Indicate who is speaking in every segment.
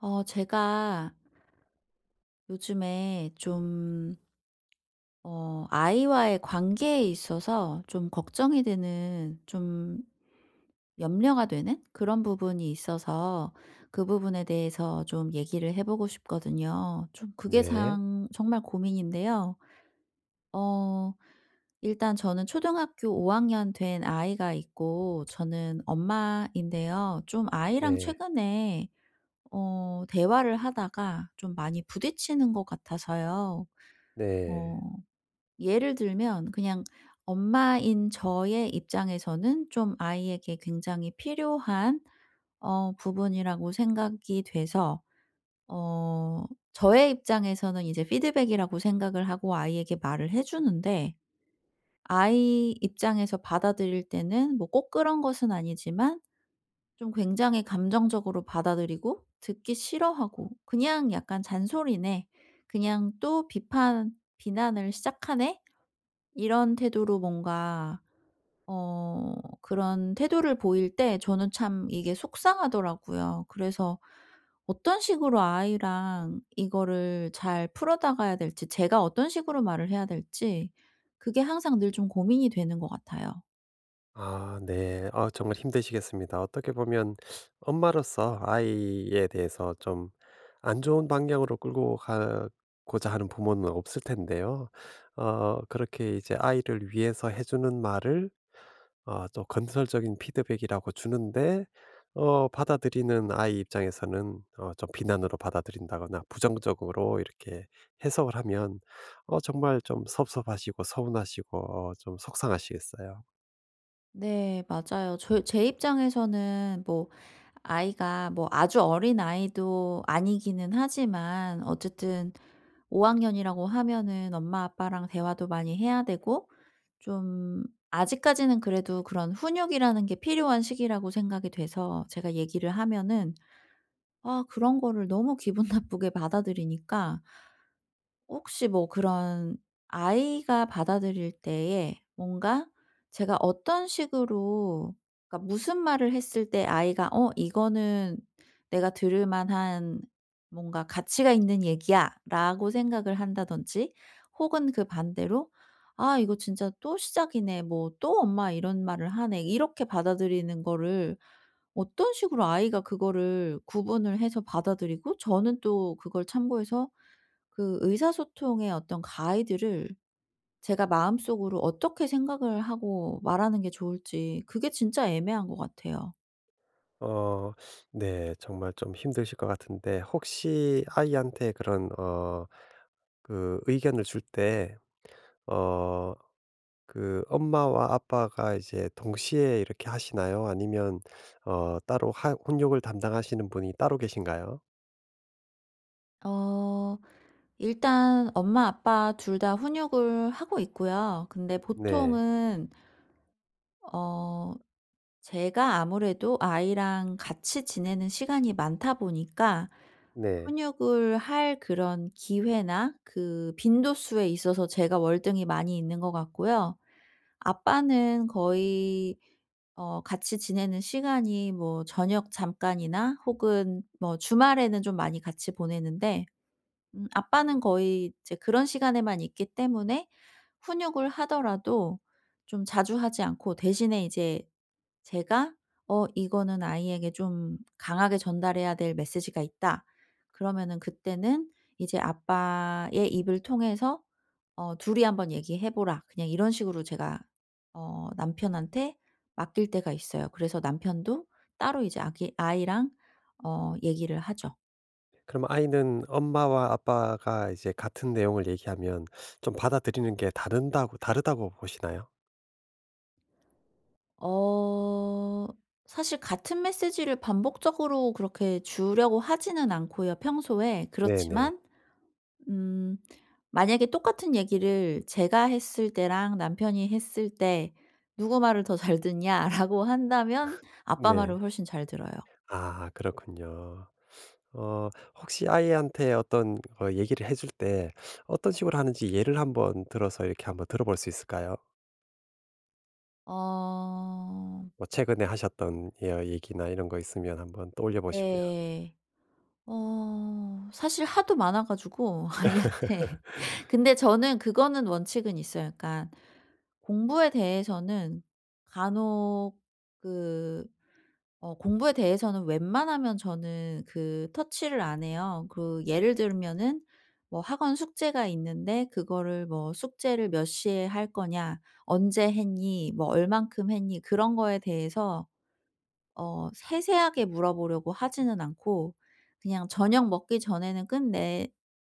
Speaker 1: 제가 요즘에 좀 아이와의 관계에 있어서 좀 걱정이 되는, 좀 염려가 되는 그런 부분이 있어서 그 부분에 대해서 좀 얘기를 해 보고 싶거든요. 좀 그게
Speaker 2: 네.
Speaker 1: 정말 고민인데요. 어 일단 저는 초등학교 5 학년 된 아이가 있고, 저는 엄마인데요. 좀 아이랑
Speaker 2: 네.
Speaker 1: 최근에 대화를 하다가 좀 많이 부딪히는 것 같아서요. 어
Speaker 2: 네.
Speaker 1: 예를 들면 그냥, 엄마인 저의 입장에서는 좀 아이에게 굉장히 필요한 부분이라고 생각이 돼서, 어 저의 입장에서는 이제 피드백이라고 생각을 하고 아이에게 말을 해 주는데, 아이 입장에서 받아들일 때는 뭐 꼭 그런 것은 아니지만 좀 굉장히 감정적으로 받아들이고 듣기 싫어하고, '그냥 약간 잔소리네. 그냥 또 비판 비난을 시작하네.' 이런 태도로 뭔가, 어 그런 태도를 보일 때 저는 참 이게 속상하더라고요. 그래서 어떤 식으로 아이랑 이거를 잘 풀어 나가야 될지, 제가 어떤 식으로 말을 해야 될지, 그게 항상 늘 좀 고민이 되는 것 같아요.
Speaker 2: 아 네. 아 정말 힘드시겠습니다. 어떻게 보면 엄마로서 아이에 대해서 좀 안 좋은 방향으로 끌고 가고자 하는 부모는 없을 텐데요. 그렇게 이제 아이를 위해서 해 주는 말을 또 건설적인 피드백이라고 주는데 받아들이는 아이 입장에서는 좀 비난으로 받아들인다거나 부정적으로 이렇게 해석을 하면 정말 좀 섭섭하시고 서운하시고 좀 속상하시겠어요.
Speaker 1: 네, 맞아요. 제 입장에서는 뭐 아이가 뭐 아주 어린 아이도 아니기는 하지만, 어쨌든 5 학년이라고 하면은 엄마 아빠랑 대화도 많이 해야 되고, 좀 아직까지는 그래도 그런 훈육이라는 게 필요한 시기라고 생각이 돼서 제가 얘기를 하면은, 아, 그런 거를 너무 기분 나쁘게 받아들이니까. 혹시 뭐 그런 아이가 받아들일 때에 뭔가 제가 어떤 식으로, 그러니까 무슨 말을 했을 때 아이가 '어 이거는 내가 들을 만한 뭔가 가치가 있는 얘기야.'라고 생각을 한다든지, 혹은 그 반대로 '아 이거 진짜 또 시작이네.' 뭐 '또 엄마 이런 말을 하네.' 이렇게 받아들이는 거를, 어떤 식으로 아이가 그거를 구분을 해서 받아들이고 저는 또 그걸 참고해서 그 의사소통의 어떤 가이드를 제가 마음속으로 어떻게 생각을 하고 말하는 게 좋을지, 그게 진짜 애매한 것 같아요.
Speaker 2: 어 네. 정말 좀 힘드실 것 같은데 혹시 아이한테 그런 그 의견을 줄 때 어 그 엄마와 아빠가 이제 동시에 이렇게 하시나요? 아니면 따로 하 훈육을 담당하시는 분이 따로 계신가요?
Speaker 1: 어 일단 엄마 아빠 둘 다 훈육을 하고 있고요. 근데
Speaker 2: 네.
Speaker 1: 보통은 어 제가 아무래도 아이랑 같이 지내는 시간이 많다 보니까
Speaker 2: 네.
Speaker 1: 훈육을 할 그런 기회나 그 빈도수에 있어서 제가 월등히 많이 있는 것 같고요. 아빠는 거의 같이 지내는 시간이 뭐 저녁 잠깐이나 혹은 뭐 주말에는 좀 많이 같이 보내는데, 아빠는 거의 이제 그런 시간에만 있기 때문에 훈육을 하더라도 좀 자주 하지 않고, 대신에 이제 제가 '어 이거는 아이에게 좀 강하게 전달해야 될 메시지가 있다.' 그러면은 그때는 이제 "아빠의 입을 통해서 둘이 한번 얘기해 보라." 그냥 이런 식으로 제가 남편한테 맡길 때가 있어요. 그래서 남편도 따로 이제 아기 아이랑 얘기를 하죠.
Speaker 2: 그럼 아이는 엄마와 아빠가 이제 같은 내용을 얘기하면 좀 받아들이는 게 다른다고 다르다고 보시나요?
Speaker 1: 어 사실 같은 메시지를 반복적으로 그렇게 주려고 하지는 않고요, 평소에.
Speaker 2: 네네.
Speaker 1: 그렇지만 음 만약에 똑같은 얘기를 제가 했을 때랑 남편이 했을 때 '누구 말을 더 잘 듣냐?'라고 한다면 아빠
Speaker 2: 네.
Speaker 1: 말을
Speaker 2: 네.
Speaker 1: 훨씬 잘 들어요.
Speaker 2: 아 그렇군요. 어 혹시 아이한테 어떤 얘기를 해줄 때 어떤 식으로 하는지 예를 한번 들어서 이렇게 한번 들어볼 수 있을까요?
Speaker 1: 어
Speaker 2: 뭐 최근에 하셨던 여 얘기나 이런 거 있으면 한번 떠올려 보시고요.
Speaker 1: 네. 사실 하도 많아 가지고 아이한테. 근데 저는 그거는 원칙은 있어요. 그러니까 공부에 대해서는 간혹 그 공부에 대해서는 웬만하면 저는 그 터치를 안 해요. 그 예를 들면은 뭐 학원 숙제가 있는데 그거를 뭐 "숙제를 몇 시에 할 거냐? 언제 했니? 뭐 얼만큼 했니?" 그런 거에 대해서 세세하게 물어보려고 하지는 않고, 그냥 "저녁 먹기 전에는 끝내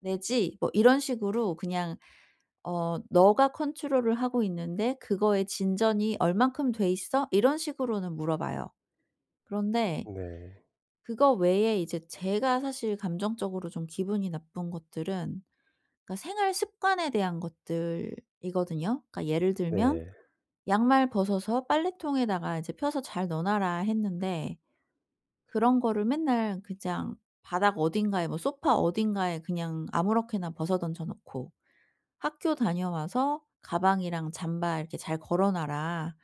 Speaker 1: 내지." 뭐 이런 식으로, 그냥 "너가 컨트롤을 하고 있는데 그거의 진전이 얼만큼 돼 있어?" 이런 식으로는 물어봐요. 그런데
Speaker 2: 네.
Speaker 1: 그거 외에 이제 제가 사실 감정적으로 좀 기분이 나쁜 것들은, 그러니까 생활 습관에 대한 것들이거든요. 그러니까 예를 들면
Speaker 2: 네.
Speaker 1: "양말 벗어서 빨래통에다가 이제 펴서 잘 넣어 놔라." 했는데, 그런 거를 맨날 그냥 바닥 어딘가에 뭐 소파 어딘가에 그냥 아무렇게나 벗어 던져 놓고, 학교 다녀와서 "가방이랑 잠바 이렇게 잘 걸어 놔라."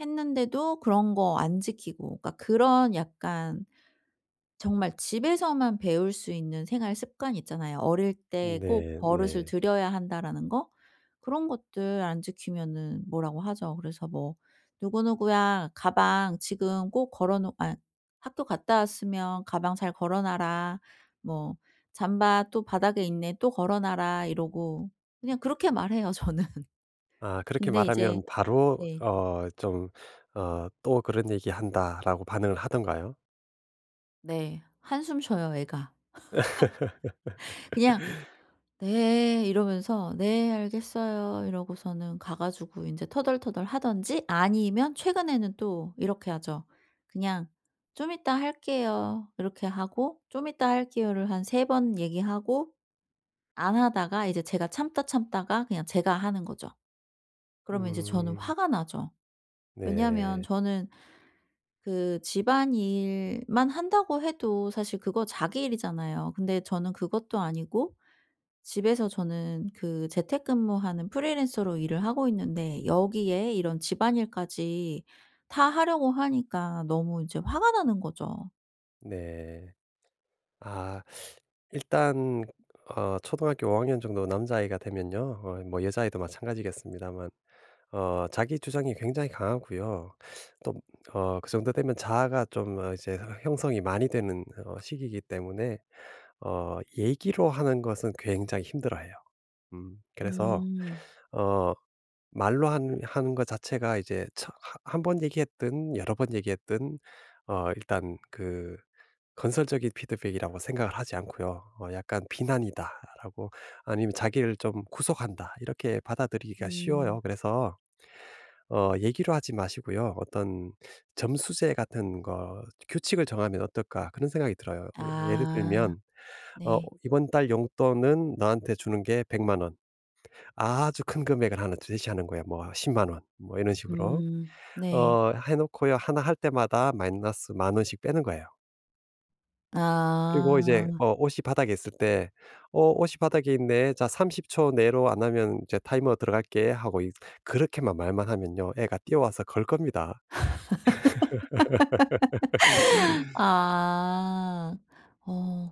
Speaker 1: 했는데도 그런 거 안 지키고. 그러니까 그런 약간, 정말 집에서만 배울 수 있는 생활 습관 있잖아요, 어릴 때 꼭
Speaker 2: 네
Speaker 1: 버릇을
Speaker 2: 네.
Speaker 1: 들여야 한다라는 거? 그런 것들 안 지키면은 뭐라고 하죠. 그래서 뭐 "누구누구야, 가방 지금 꼭 걸어 놓아. 학교 갔다 왔으면 가방 잘 걸어 놔라." 뭐 "잠바 또 바닥에 있네. 또 걸어 놔라." 이러고 그냥 그렇게 말해요 저는.
Speaker 2: 아 그렇게
Speaker 1: 근데 이제.
Speaker 2: 말하면 바로
Speaker 1: 네.
Speaker 2: 좀 "또 그런 얘기한다."라고 반응을 하던가요?
Speaker 1: 네. 한숨 쉬어요 애가. 그냥 "네." 이러면서 "네 알겠어요." 이러고서는 가 가지고 이제 터덜터덜 하든지 아니면 최근에는 또 이렇게 하죠. 그냥 "좀 이따 할게요." 이렇게 하고 "좀 이따 할게요."를 한 세 번 얘기하고 안 하다가, 이제 제가 참다 참다가 그냥 제가 하는 거죠. 그러면 이제 저는
Speaker 2: 음.
Speaker 1: 화가 나죠. 왜냐하면
Speaker 2: 네.
Speaker 1: 저는 그 집안일만 한다고 해도 사실 그거 자기 일이잖아요. 근데 저는 그것도 아니고 집에서 저는 그 재택근무하는 프리랜서로 일을 하고 있는데 여기에 이런 집안일까지 다 하려고 하니까 너무 이제 화가 나는 거죠.
Speaker 2: 네. 아. 일단 초등학교 5 학년 정도 남자아이가 되면요. 뭐 여자아이도 마찬가지겠습니다만 자기 주장이 굉장히 강하고요. 또 그 정도 되면 자아가 좀 이제 형성이 많이 되는 시기이기 때문에 얘기로 하는 것은 굉장히 힘들어해요. 그래서
Speaker 1: 음.
Speaker 2: 어 말로 하는 것 자체가 이제 한 번 얘기했든 여러 번 얘기했든 일단 그 건설적인 피드백이라고 생각을 하지 않고요. 약간 '비난이다.'라고 아니면 '자기를 좀 구속한다.' 이렇게 받아들이기가
Speaker 1: 음.
Speaker 2: 쉬워요. 그래서 얘기로 하지 마시고요. 어떤 '점수제 같은 거 규칙을 정하면 어떨까.' 그런 생각이 들어요. 예 예를
Speaker 1: 아.
Speaker 2: 들면 어
Speaker 1: 네.
Speaker 2: "이번 달 용돈은 너한테 주는 게 1 0 0 원." 아주 큰 금액을 하나 제시하는 거예요. 뭐1 0원 뭐 이런 식으로.
Speaker 1: 음. 네.
Speaker 2: 해 놓고요. 하나 할 때마다 마이너스 만 원씩 빼는 거예요. 그리고 이제
Speaker 1: 아.
Speaker 2: 옷이 바닥에 있을 때 '어 옷이 바닥에 있네. 자 30초 내로 안 하면 이제 타이머 들어갈게.' 하고 이 그렇게만 말만 하면요. 애가 뛰어와서 걸 겁니다.
Speaker 1: 아.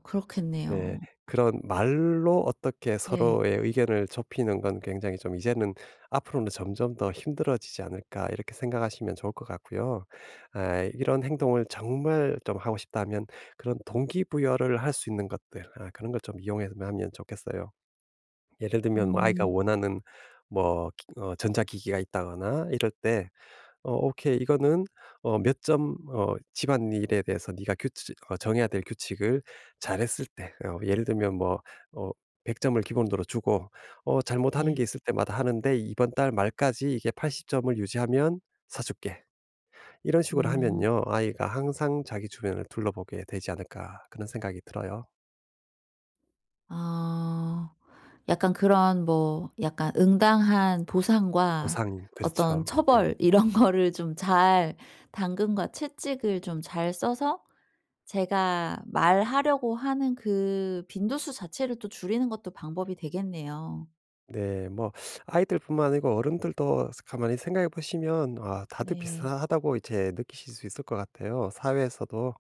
Speaker 2: 네.
Speaker 1: 그렇겠네요.
Speaker 2: 그런 말로 어떻게
Speaker 1: 네.
Speaker 2: 서로의 의견을 좁히는 건 굉장히 좀 이제는 '앞으로는 점점 더 힘들어지지 않을까.' 이렇게 생각하시면 좋을 것 같고요. 아 이런 행동을 정말 좀 하고 싶다면 그런 동기부여를 할 수 있는 것들 그런 걸 좀 이용해 하면 좋겠어요. 예를 들면 뭐 아이가
Speaker 1: 음.
Speaker 2: 원하는 뭐 기 전자기기가 있다거나 이럴 때 "오케이. 이거는 몇 점 집안일에 대해서 네가 규칙 정해야 될 규칙을 잘했을 때" 예를 들면 뭐 어 100 점을 기본으로 주고 "잘못하는
Speaker 1: 네.
Speaker 2: 게 있을 때마다 하는데 이번 달 말까지 이게 80 점을 유지하면 사 줄게." 이런 식으로
Speaker 1: 음.
Speaker 2: 하면요. '아이가 항상 자기 주변을 둘러보게 되지 않을까.' 그런 생각이 들어요.
Speaker 1: 어 약간 그런 뭐 약간 응당한 보상과
Speaker 2: 보상
Speaker 1: 어떤
Speaker 2: 그렇죠. 네.
Speaker 1: 처벌 이런 거를 좀 잘, 당근과 채찍을 좀 잘 써서 제가 말하려고 하는 그 빈도수 자체를 또 줄이는 것도 방법이 되겠네요.
Speaker 2: 네. 뭐 아이들뿐만 아니고 어른들도 가만히 생각해 보시면 다들
Speaker 1: 네.
Speaker 2: 비슷하다고 이제 느끼실 수 있을 것 같아요. 사회에서도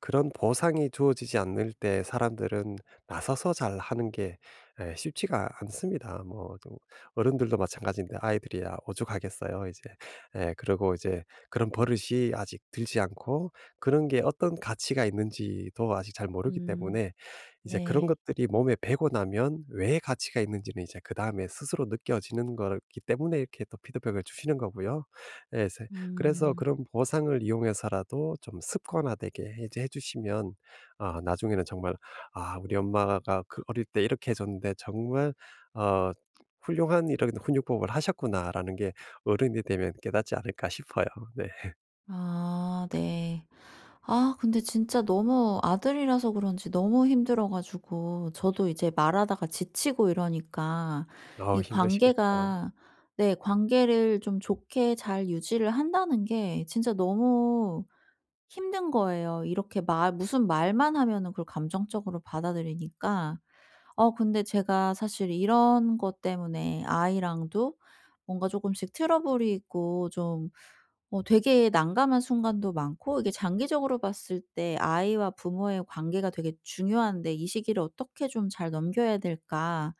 Speaker 2: 그런 보상이 주어지지 않을 때 사람들은 나서서 잘하는 게 쉽지가 않습니다. 뭐좀 어른들도 마찬가지인데 아이들이야 오죽하겠어요 이제. 에 그리고 이제 그런 버릇이 아직 들지 않고 그런 게 어떤 가치가 있는지도 아직 잘 모르기
Speaker 1: 음.
Speaker 2: 때문에 이제 그런
Speaker 1: 네.
Speaker 2: 것들이 몸에 배고 나면 왜 가치가 있는지는 이제 그다음에 스스로 느껴지는 거기 때문에 이렇게 또 피드백을 주시는 거고요. 예 그래서
Speaker 1: 음.
Speaker 2: 그런 보상을 이용해서라도 좀 습관화되게 이제 해 주시면 아 나중에는 정말 '아 우리 엄마가 그 어릴 때 이렇게 해 줬는데 정말 어 훌륭한 이런 훈육법을 하셨구나.'라는 게 어른이 되면 깨닫지 않을까 싶어요. 네.
Speaker 1: 아, 네. 아, 근데 진짜 너무 아들이라서 그런지 너무 힘들어 가지고 저도 이제 말하다가 지치고 이러니까,
Speaker 2: 어우
Speaker 1: 이
Speaker 2: 힘드시겠죠.
Speaker 1: 관계가 네. 관계를 좀 좋게 잘 유지를 한다는 게 진짜 너무 힘든 거예요. 이렇게 말 무슨 말만 하면은 그걸 감정적으로 받아들이니까. 근데 제가 사실 이런 것 때문에 아이랑도 뭔가 조금씩 트러블이 있고, 좀 되게 난감한 순간도 많고, 이게 장기적으로 봤을 때 아이와 부모의 관계가 되게 중요한데 '이 시기를 어떻게 좀 잘 넘겨야 될까?'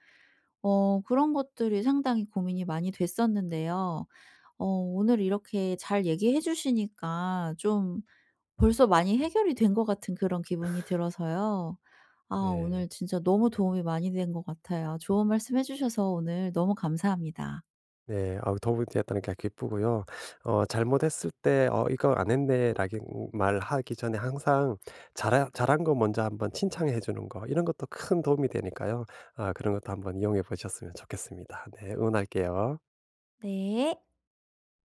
Speaker 1: 그런 것들이 상당히 고민이 많이 됐었는데요. 오늘 이렇게 잘 얘기해 주시니까 좀 벌써 많이 해결이 된 것 같은 그런 기분이 들어서요. 아,
Speaker 2: 네.
Speaker 1: 오늘 진짜 너무 도움이 많이 된 것 같아요. 좋은 말씀 해 주셔서 오늘 너무 감사합니다.
Speaker 2: 네. 도움이 되었다는 게 기쁘고요. 잘못했을 때 "어 이거 안 했네."라는 말하기 전에 항상 잘 잘한 거 먼저 한번 칭찬해 주는 거 이런 것도 큰 도움이 되니까요. 아 그런 것도 한번 이용해 보셨으면 좋겠습니다. 네. 응원할게요.
Speaker 1: 네.